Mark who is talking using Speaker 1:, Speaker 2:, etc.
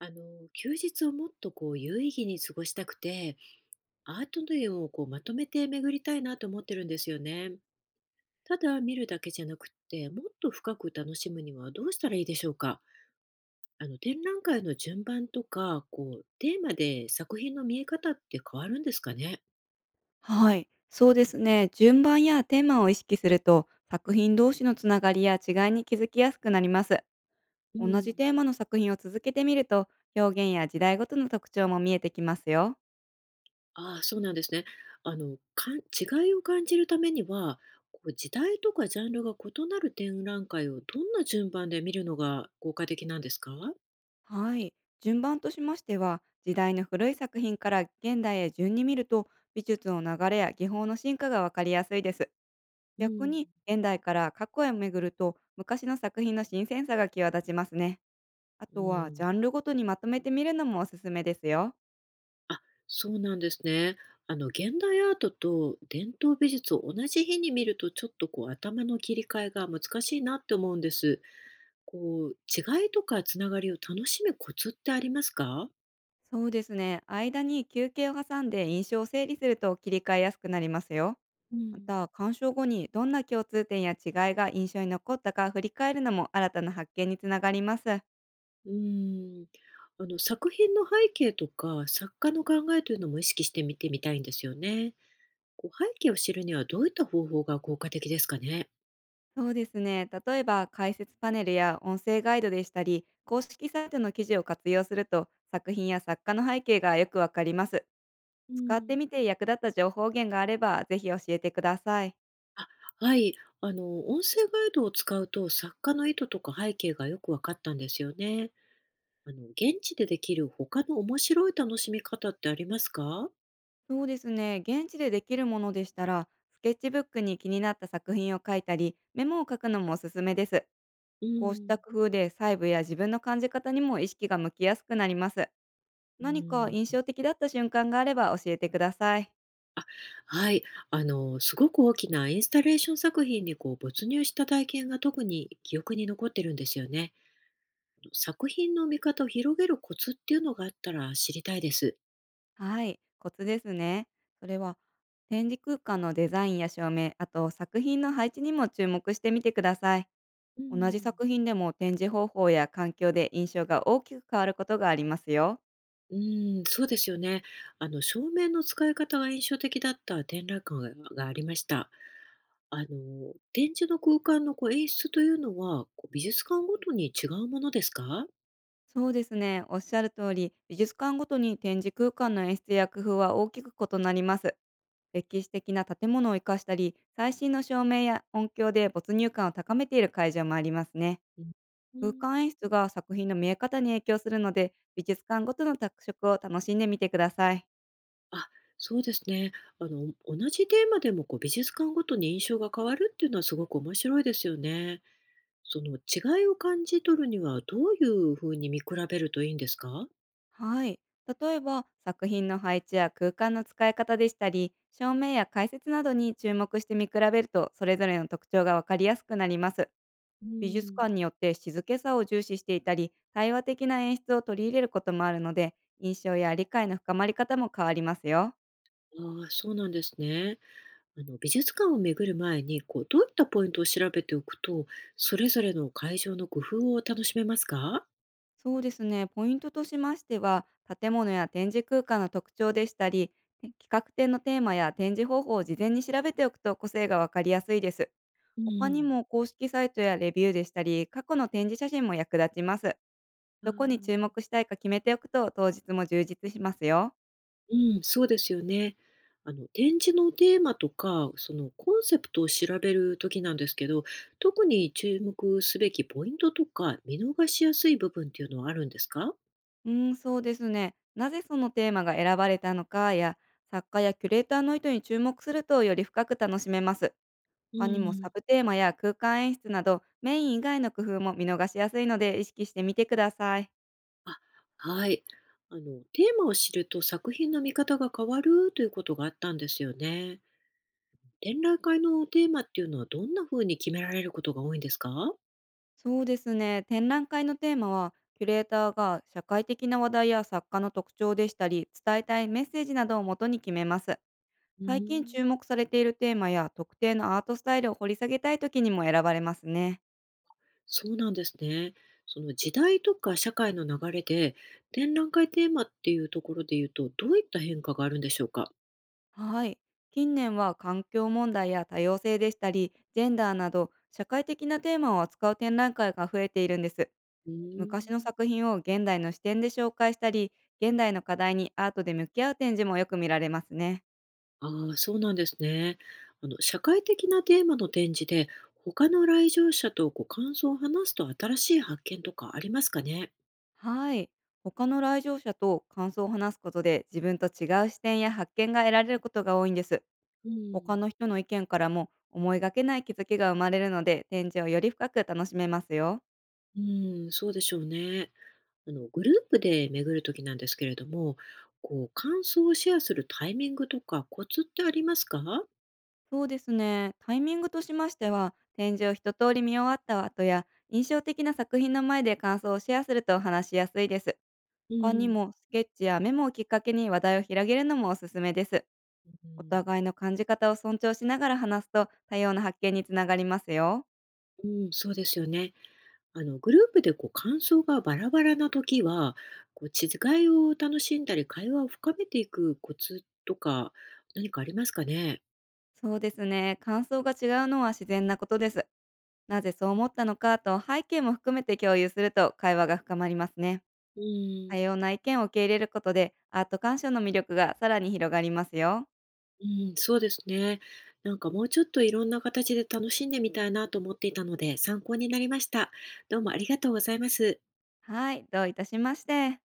Speaker 1: 休日をもっと有意義に過ごしたくて、アートの絵をこうまとめて巡りたいなと思ってるんですよね。ただ見るだけじゃなくって、もっと深く楽しむにはどうしたらいいでしょうか？展覧会の順番とか、こうテーマで作品の見え方って変わるんですかね？
Speaker 2: はい、そうですね。順番やテーマを意識すると、作品同士のつながりや違いに気づきやすくなります。
Speaker 1: う
Speaker 2: 同じ
Speaker 1: ん。
Speaker 2: テーマの作品を続けてみると、表現や時代ごとの特徴も見えてきますよ。
Speaker 1: ああ、そうなんですね。かん違いを感じるためには、こう時代とかジャンルが異なる展覧会をどんな順番で見るのが効果的なんですか？
Speaker 2: はい、順番としましては、時代の古い作品から現代へ順に見ると、美術の流れや技法の進化がわかりやすいです。
Speaker 1: う
Speaker 2: 逆
Speaker 1: ん。
Speaker 2: に、現代から過去へ巡ると、昔の作品の新鮮さが際立ちますね。あ
Speaker 1: う
Speaker 2: とは、ジ
Speaker 1: ん。
Speaker 2: ャンルごとにまとめてみるのもおすすめですよ。
Speaker 1: あ、そうなんですね。あの、現代アートと伝統美術を同じ日に見ると、ちょっとこう頭の切り替えが難しいなって思うんです。こう、違いとかつながりを楽しむコツってありますか？
Speaker 2: そうですね。間に休憩を挟んで印象を整理すると切り替えやすくなりますよ。
Speaker 1: う
Speaker 2: ま
Speaker 1: ん、
Speaker 2: た、鑑賞後にどんな共通点や違いが印象に残ったか振り返るのも新たな発見につながります。
Speaker 1: うーん。あの、作品の背景とか、作家の考えというのも意識して見てみたいんですよね。こう、背景を知るにはどういった方法が効果的ですかね？
Speaker 2: そうですね。例えば、解説パネルや音声ガイドでしたり、公式サイトの記事を活用すると、作品や作家の背景がよくわかります。
Speaker 1: う
Speaker 2: 使って
Speaker 1: ん。
Speaker 2: みて役立った情報源があれば、ぜひ教えてください。
Speaker 1: あ、はい。あの、音声ガイドを使うと、作家の意図とか背景がよく分かったんですよね。あの、現地でできる他の面白い楽しみ方ってありますか？
Speaker 2: そうですね。現地でできるものでしたら、スケッチブックに気になった作品を書いたり、メモを書くのもおすすめです。
Speaker 1: う
Speaker 2: こうした
Speaker 1: ん。
Speaker 2: 工夫で細部や自分の感じ方にも意識が向きやすくなります。
Speaker 1: う
Speaker 2: 何か
Speaker 1: ん。
Speaker 2: 印象的だった瞬間があれば教えてください。
Speaker 1: あ、はい。あの、すごく大きなインスタレーション作品にこう没入した体験が特に記憶に残ってるんですよね。作品の見方を広げるコツっていうのがあったら知りたいです。
Speaker 2: はい、コツですね。それは、展示空間のデザインや照明、あと作品の配置にも注目してみてください。
Speaker 1: う
Speaker 2: 同じ
Speaker 1: ん。
Speaker 2: 作品でも展示方法や環境で印象が大きく変わることがありますよ。
Speaker 1: うーん、そうですよね。あの、照明の使い方が印象的だった展覧会ががありました。あの、展示の空間のこう演出というのは、こう美術館ごとに違うものですか？
Speaker 2: そうですね。おっしゃる通り、美術館ごとに展示空間の演出や工夫は大きく異なります。歴史的な建物を生かしたり、最新の照明や音響で没入感を高めている会場もありますね。
Speaker 1: うん。う
Speaker 2: 空
Speaker 1: ん、
Speaker 2: 間演出が作品の見え方に影響するので、美術館ごとの特色を楽しんでみてください。
Speaker 1: あ、そうですね。あの、同じテーマでもこう美術館ごとに印象が変わるっていうのはすごく面白いですよね。その違いを感じ取るにはどういうふうに見比べるといいんですか？
Speaker 2: はい。例えば、作品の配置や空間の使い方でしたり、照明や解説などに注目して見比べると、それぞれの特徴がわかりやすくなります。
Speaker 1: う
Speaker 2: 美術
Speaker 1: ん。
Speaker 2: 館によって静けさを重視していたり、対話的な演出を取り入れることもあるので、印象や理解の深まり方も変わりますよ。
Speaker 1: ああ、そうなんですね。美術館を巡る前に、こうどういったポイントを調べておくと、それぞれの会場の工夫を楽しめますか？
Speaker 2: そうですね、ポイントとしましては、建物や展示空間の特徴でしたり、て企画展のテーマや展示方法を事前に調べておくと個性がわかりやすいです。
Speaker 1: う
Speaker 2: 他に
Speaker 1: ん。
Speaker 2: も公式サイトやレビューでしたり、過去の展示写真も役立ちます。
Speaker 1: あ
Speaker 2: どこに注
Speaker 1: ー、
Speaker 2: 目したいか決めておくと当日も充実しますよ。
Speaker 1: うん、そうですよね。展示のテーマとか、そのコンセプトを調べる時なんですけど、特に注目すべきポイントとか見逃しやすい部分っていうのはあるんですか？
Speaker 2: うーん、そうですね。なぜそのテーマが選ばれたのかや、作家やキュレーターの意図に注目するとより深く楽しめます。
Speaker 1: う
Speaker 2: 他にもサ
Speaker 1: ん。
Speaker 2: ブテーマや空間演出など、メイン以外の工夫も見逃しやすいので意識してみてください。
Speaker 1: あ、はい。テーマを知ると作品の見方が変わるということがあったんですよね。展覧会のテーマっていうのはどんな風に決められることが多いんですか？
Speaker 2: そうですね。展覧会のテーマは、キュレーターが社会的な話題や作家の特徴でしたり、伝えたいメッセージなどを元に決めます。
Speaker 1: うー
Speaker 2: 最近注
Speaker 1: ん、
Speaker 2: 目されているテーマや特定のアートスタイルを掘り下げたい時にも選ばれますね。
Speaker 1: そうなんですね。その時代とか社会の流れで、展覧会テーマっていうところで言うと、どういった変化があるんでしょうか？
Speaker 2: はい。近年は環境問題や多様性でしたり、ジェンダーなど社会的なテーマを扱う展覧会が増えているんです。
Speaker 1: うー
Speaker 2: 昔の
Speaker 1: ん。
Speaker 2: 作品を現代の視点で紹介したり、現代の課題にアートで向き合う展示もよく見られますね。
Speaker 1: ああ、そうなんですね。あの、社会的なテーマの展示で、他の来場者とこう感想を話すと新しい発見とかありますかね。
Speaker 2: はい。他の来場者と感想を話すことで自分と違う視点や発見が得られることが多いんです。
Speaker 1: う
Speaker 2: 他
Speaker 1: ん。
Speaker 2: の人の意見からも思いがけない気づきが生まれるので展示をより深く楽しめますよ。
Speaker 1: うーん、そうでしょうね。あの、グループで巡るときなんですけれども、こう、感想をシェアするタイミングとかコツってありますか？
Speaker 2: そうですね。タイミングとしましては、展示を一通り見終わった後や、印象的な作品の前で感想をシェアすると話しやすいです。
Speaker 1: う
Speaker 2: 他に
Speaker 1: ん。
Speaker 2: も、スケッチやメモをきっかけに話題を広げるのもおすすめです。
Speaker 1: う
Speaker 2: お
Speaker 1: ん、
Speaker 2: 互いの感じ方を尊重しながら話すと、多様な発見につながりますよ。
Speaker 1: うん、そうですよね。あの、グループでこう、感想がバラバラなときは、こう、違いを楽しんだり、会話を深めていくコツとか、何かありますかね？
Speaker 2: そうですね。感想が違うのは自然なことです。なぜそう思ったのかと背景も含めて共有すると会話が深まりますね。
Speaker 1: う
Speaker 2: 多
Speaker 1: ん。
Speaker 2: 様な意見を受け入れることで、アート鑑賞の魅力がさらに広がりますよ。
Speaker 1: うん、そうですね。なんかもうちょっといろんな形で楽しんでみたいなと思っていたので、参考になりました。どうもありがとうございます。
Speaker 2: はい、どういたしまして。